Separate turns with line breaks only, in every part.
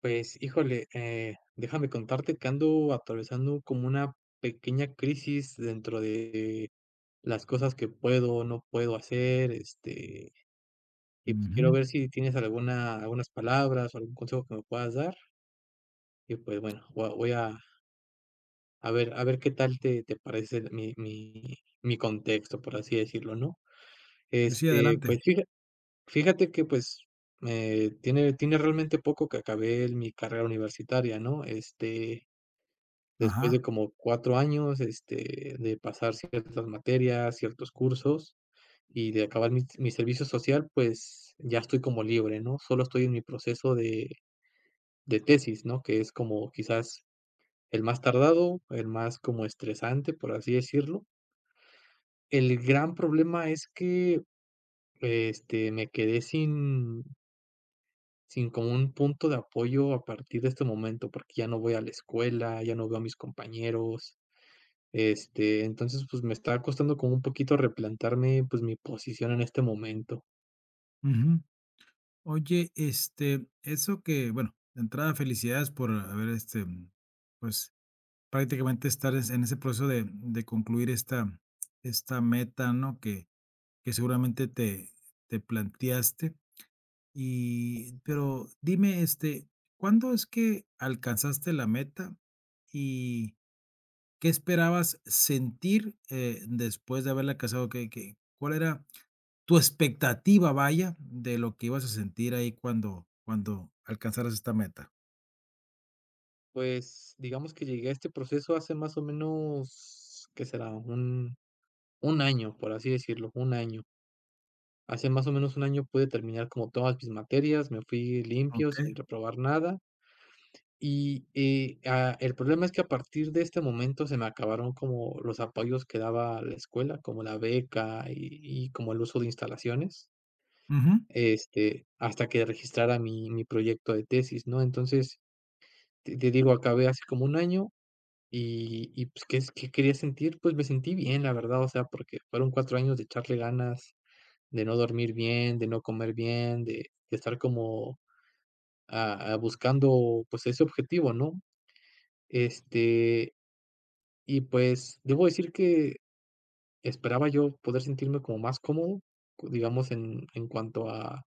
Pues, híjole, déjame contarte que ando atravesando como una pequeña crisis dentro de las cosas que puedo o no puedo hacer, este, y pues quiero
Ujú.
ver si tienes algunas palabras o algún consejo que me puedas dar. Y pues bueno, voy a a ver qué tal te parece mi contexto, por así decirlo, ¿no?
Sí,
Este,
adelante.
pues fija fíjate que, pues, tiene realmente poco que acabé mi carrera universitaria, ¿no? Este, después de
Ajá.
como 4 años, este, de pasar ciertas materias, ciertos cursos y de acabar mi servicio social, pues, ya estoy como libre, ¿no? Solo estoy en mi proceso de tesis, ¿no? Que es como quizás el más tardado, el más como estresante, por así decirlo. El gran problema es que, este, me quedé sin como un punto de apoyo a partir de este momento, porque ya no voy a la escuela, ya no veo a mis compañeros. Este, entonces, pues, me está costando como un poquito replantarme, pues, mi posición en este momento.
Ujú. Oye, eso que, bueno, de entrada, felicidades por haber, pues, prácticamente estar en ese proceso de concluir esta, esta meta, ¿no? Que seguramente te, te planteaste. Y pero dime, ¿cuándo es que alcanzaste la meta y qué esperabas sentir después de haberla alcanzado? ¿Qué, qué, cuál era tu expectativa, vaya, de lo que ibas a sentir ahí cuando alcanzaras esta meta?
Pues, digamos que llegué a este proceso hace más o menos, ¿qué será? Un año, por así decirlo, un año. Hace más o menos un año pude terminar como todas mis materias, me fui limpio,
¿Ok?
sin reprobar nada. Y, el problema es que a partir de este momento se me acabaron como los apoyos que daba la escuela, como la beca y como el uso de instalaciones.
Ujú.
Este, hasta que registrara mi proyecto de tesis, ¿no? Entonces, te digo, acabé hace como un año y, pues, qué quería sentir? Pues, me sentí bien, la verdad, o sea, porque fueron 4 años de echarle ganas, de no dormir bien, de no comer bien, de estar como, buscando, pues, ese objetivo, ¿no? Este, y pues, debo decir que esperaba yo poder sentirme como más cómodo, digamos, en cuanto a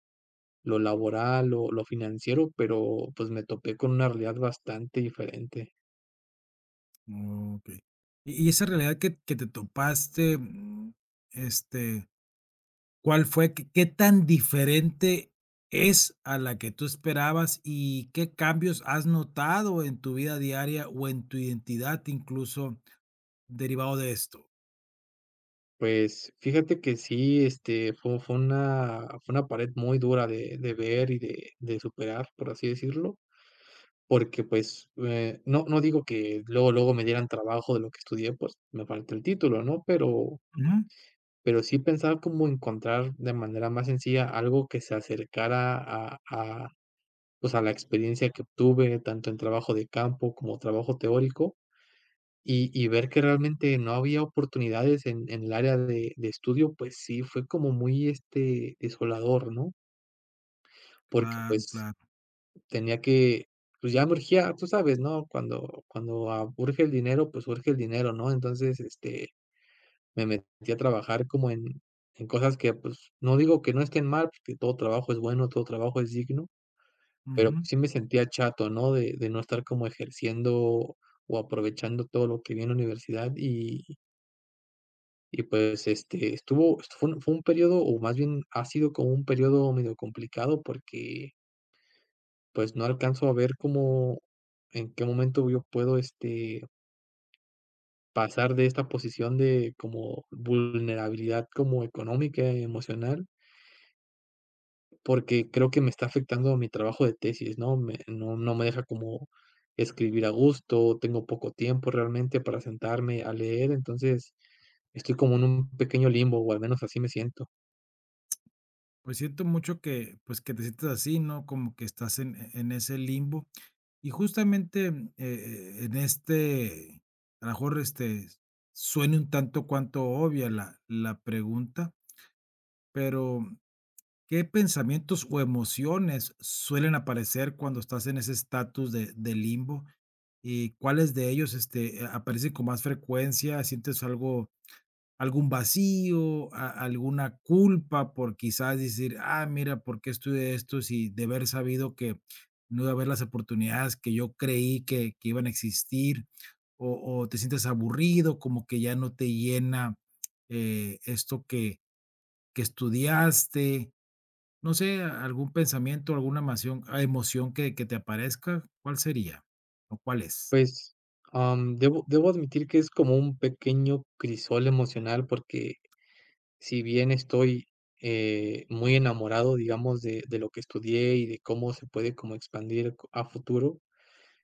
lo laboral, lo financiero, pero, pues, me topé con una realidad bastante diferente.
Ok. Y esa realidad que te topaste, este, ¿cuál fue? ¿Qué qué tan diferente es a la que tú esperabas? ¿Y qué cambios has notado en tu vida diaria o en tu identidad incluso derivado de esto?
Pues, fíjate que sí, este, fue una pared muy dura de ver y de superar, por así decirlo, porque, pues, no digo que luego, luego me dieran trabajo de lo que estudié, pues, me falta el título, ¿no? Pero
Ujú.
pero sí pensaba como encontrar de manera más sencilla algo que se acercara a, pues, a la experiencia que obtuve, tanto en trabajo de campo como trabajo teórico. Y ver que realmente no había oportunidades en el área de estudio, pues sí fue como muy, este, desolador, ¿no? Porque,
Claro,
pues,
claro.
tenía que pues, ya me urgía, tú sabes, ¿no? Cuando urge el dinero, pues, urge el dinero, ¿no? Entonces, este, me metí a trabajar como en cosas que, pues, no digo que no estén mal, porque todo trabajo es bueno, todo trabajo es digno, pero pues
Ujú.
sí me sentía chato, ¿no? De no estar como ejerciendo o aprovechando todo lo que vi en la universidad y pues, este, fue un periodo, o más bien ha sido como un periodo medio complicado porque, pues, no alcanzo a ver cómo en qué momento yo puedo, este, pasar de esta posición de como vulnerabilidad como económica, emocional, porque creo que me está afectando a mi trabajo de tesis, ¿no? Me no no me deja como escribir a gusto, tengo poco tiempo realmente para sentarme a leer, entonces estoy como en un pequeño limbo, o al menos así me siento.
Pues siento mucho que, pues, que te sientas así, ¿no? Como que estás en ese limbo. Y justamente en a lo mejor suene un tanto cuanto obvia la, la pregunta, pero ¿qué pensamientos o emociones suelen aparecer cuando estás en ese estatus de limbo? ¿Y cuáles de ellos aparecen con más frecuencia? ¿Sientes algo, algún vacío, alguna culpa por quizás decir: "Ah, mira, ¿por qué estudié esto? Si de haber sabido que no iba a haber las oportunidades que yo creí que iban a existir"? ¿O, o te sientes aburrido, como que ya no te llena esto que estudiaste? No sé, algún pensamiento, alguna emoción, a emoción que te aparezca, ¿cuál sería? ¿O cuál es?
Pues, debo admitir que es como un pequeño crisol emocional, porque si bien estoy, muy enamorado, digamos, de lo que estudié y de cómo se puede como expandir co a futuro,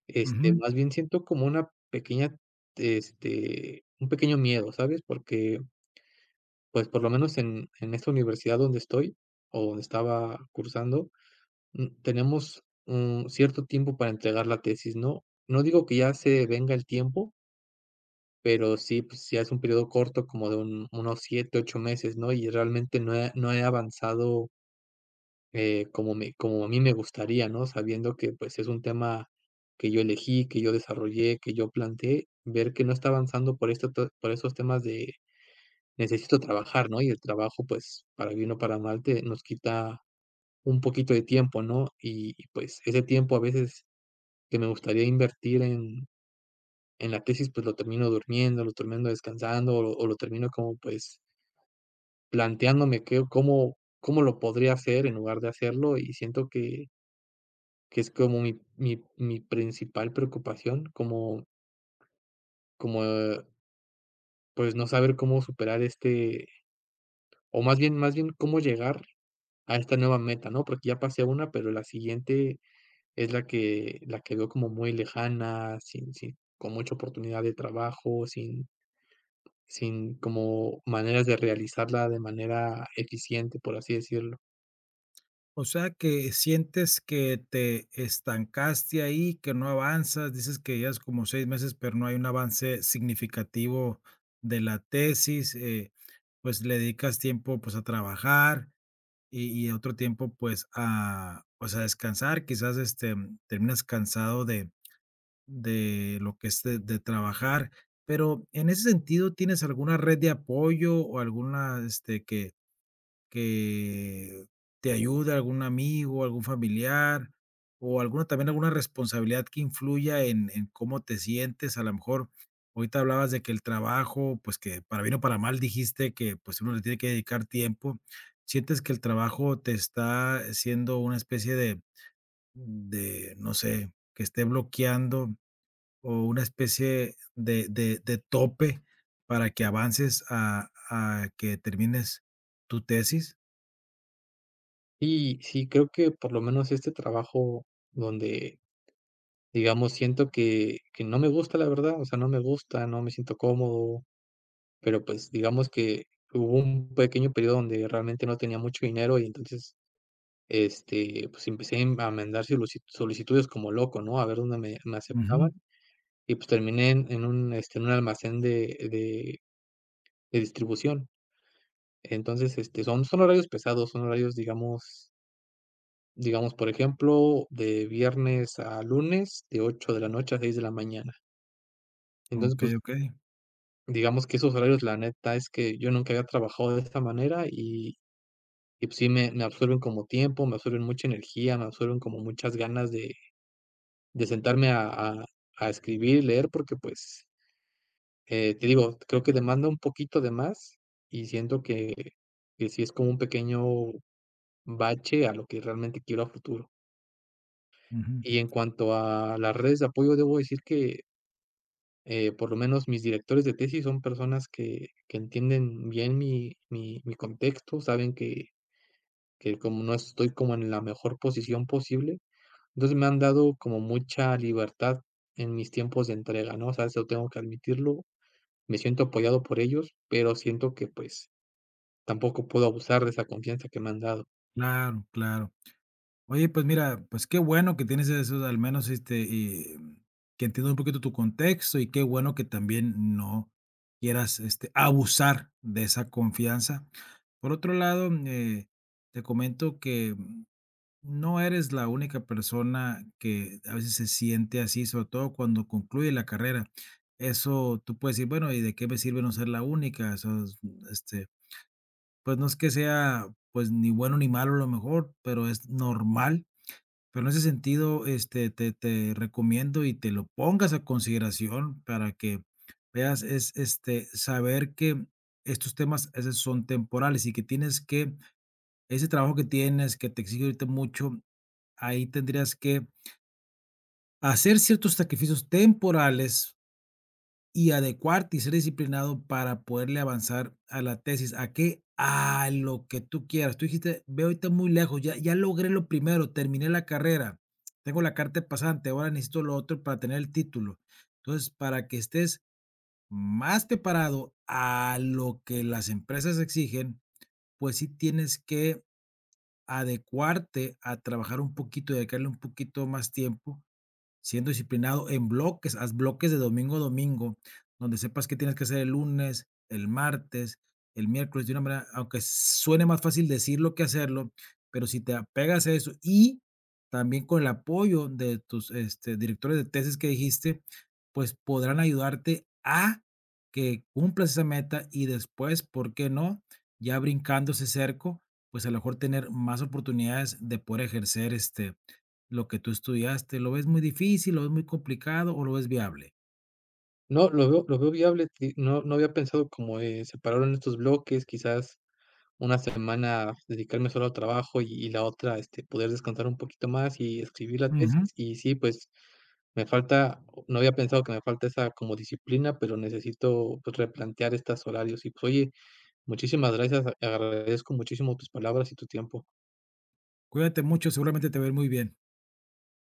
este, más bien siento como una pequeña, este, un pequeño miedo, ¿sabes? Porque, pues, por lo menos en esta universidad donde estoy, o donde estaba cursando, tenemos un cierto tiempo para entregar la tesis, ¿no? No digo que ya se venga el tiempo. Pero sí, pues ya es un periodo corto, como de un unos 7 8 meses, ¿no? Y realmente no he avanzado, como a mí me gustaría, ¿no? Sabiendo que, pues, es un tema que yo elegí, que yo desarrollé, que yo planteé, ver que no está avanzando por esto to por esos temas de necesito trabajar, ¿no? Y el trabajo, pues, para bien o para mal, te nos quita un poquito de tiempo, ¿no? Y, pues, ese tiempo a veces que me gustaría invertir en la tesis, pues, lo termino durmiendo, lo termino descansando, o lo termino como, pues, planteándome que cómo lo podría hacer en lugar de hacerlo, y siento que es como mi principal preocupación, como como, pues, no saber cómo superar este o más bien cómo llegar a esta nueva meta, ¿no? Porque ya pasé una, pero la siguiente es la que veo como muy lejana, sin sin con mucha oportunidad de trabajo, sin como maneras de realizarla de manera eficiente, por así decirlo.
O sea, que sientes que te estancaste ahí, que no avanzas, dices que llevas como 6 meses, pero no hay un avance significativo de la tesis, pues, le dedicas tiempo, pues, a trabajar y otro tiempo, pues, a, pues, a descansar, quizás, terminas cansado de lo que es de trabajar, pero en ese sentido, ¿tienes alguna red de apoyo o alguna, este, que te ayude? ¿Algún amigo, algún familiar, o alguna también alguna responsabilidad que influya en cómo te sientes? A lo mejor, ahorita hablabas de que el trabajo, pues, que para bien o para mal dijiste que, pues, uno le tiene que dedicar tiempo. ¿Sientes que el trabajo te está siendo una especie de no sé, que esté bloqueando o una especie de de tope para que avances a que termines tu tesis?
Y sí, creo que por lo menos este trabajo donde, digamos, siento que no me gusta, la verdad, o sea, no me gusta, no me siento cómodo, pero, pues, digamos que hubo un pequeño periodo donde realmente no tenía mucho dinero y entonces, este, pues, empecé a mandar solicitudes como loco, ¿no? A ver dónde me aceptaban y, pues, terminé en un almacén de distribución. Entonces, este, son horarios pesados, son horarios, digamos por ejemplo, de viernes a lunes, de 8 de la noche a 6 de la mañana. Entonces, pues,
Okey, okey.
digamos que esos horarios, la neta es que yo nunca había trabajado de esta manera y, pues, sí me absorben como tiempo, me absorben mucha energía, me absorben como muchas ganas de sentarme a escribir, leer, porque, pues, te digo, creo que demanda un poquito de más y siento que sí es como un pequeño bache a lo que realmente quiero a futuro.
Ujú.
Y en cuanto a las redes de apoyo, debo decir que, por lo menos mis directores de tesis son personas que entienden bien mi contexto, saben que como no estoy como en la mejor posición posible, entonces me han dado como mucha libertad en mis tiempos de entrega, ¿no? O sea, eso tengo que admitirlo, me siento apoyado por ellos, pero siento que, pues, tampoco puedo abusar de esa confianza que me han dado.
Claro, claro. Oye, pues mira, pues qué bueno que tienes eso, al menos, y, que entiendas un poquito tu contexto, y qué bueno que también no quieras, este, abusar de esa confianza. Por otro lado, te comento que, no eres la única persona que a veces se siente así, sobre todo cuando concluye la carrera. Eso tú puedes decir: "Bueno, ¿y de qué me sirve no ser la única?". Eso es, este. Pues, no es que sea, pues, ni bueno ni malo a lo mejor, pero es normal. Pero en ese sentido, te recomiendo y te lo pongas a consideración para que veas, es, este, saber que estos temas, esos son temporales y que tienes que, ese trabajo que tienes, que te exige ahorita mucho, ahí tendrías que hacer ciertos sacrificios temporales y adecuarte y ser disciplinado para poderle avanzar a la tesis. ¿A qué? A lo que tú quieras. Tú dijiste, veo ahorita muy lejos, ya, ya logré lo primero, terminé la carrera, tengo la carta de pasante, ahora necesito lo otro para tener el título. Entonces, para que estés más preparado a lo que las empresas exigen, pues sí tienes que adecuarte a trabajar un poquito, dedicarle un poquito más tiempo siendo disciplinado en bloques, haz bloques de domingo a domingo, donde sepas qué tienes que hacer el lunes, el martes, el miércoles, de una manera, aunque suene más fácil decirlo que hacerlo, pero si te apegas a eso y también con el apoyo de tus directores de tesis que dijiste, pues podrán ayudarte a que cumplas esa meta y después, ¿por qué no? Ya brincando ese cerco, pues a lo mejor tener más oportunidades de poder ejercer lo que tú estudiaste. ¿Lo ves muy difícil, lo ves muy complicado o lo ves viable?
No, lo veo viable, ti no no había pensado como, separarlo en estos bloques, quizás una semana dedicarme solo al trabajo y la otra, este, poder descansar un poquito más y escribir la
Ujú.
tesis. Y sí, pues, me falta no había pensado que me falta esa como disciplina, pero necesito, pues, replantear estos horarios. Y, pues, oye, muchísimas gracias, agradezco muchísimo tus palabras y tu tiempo.
Cuídate mucho, seguramente te va a ir muy bien.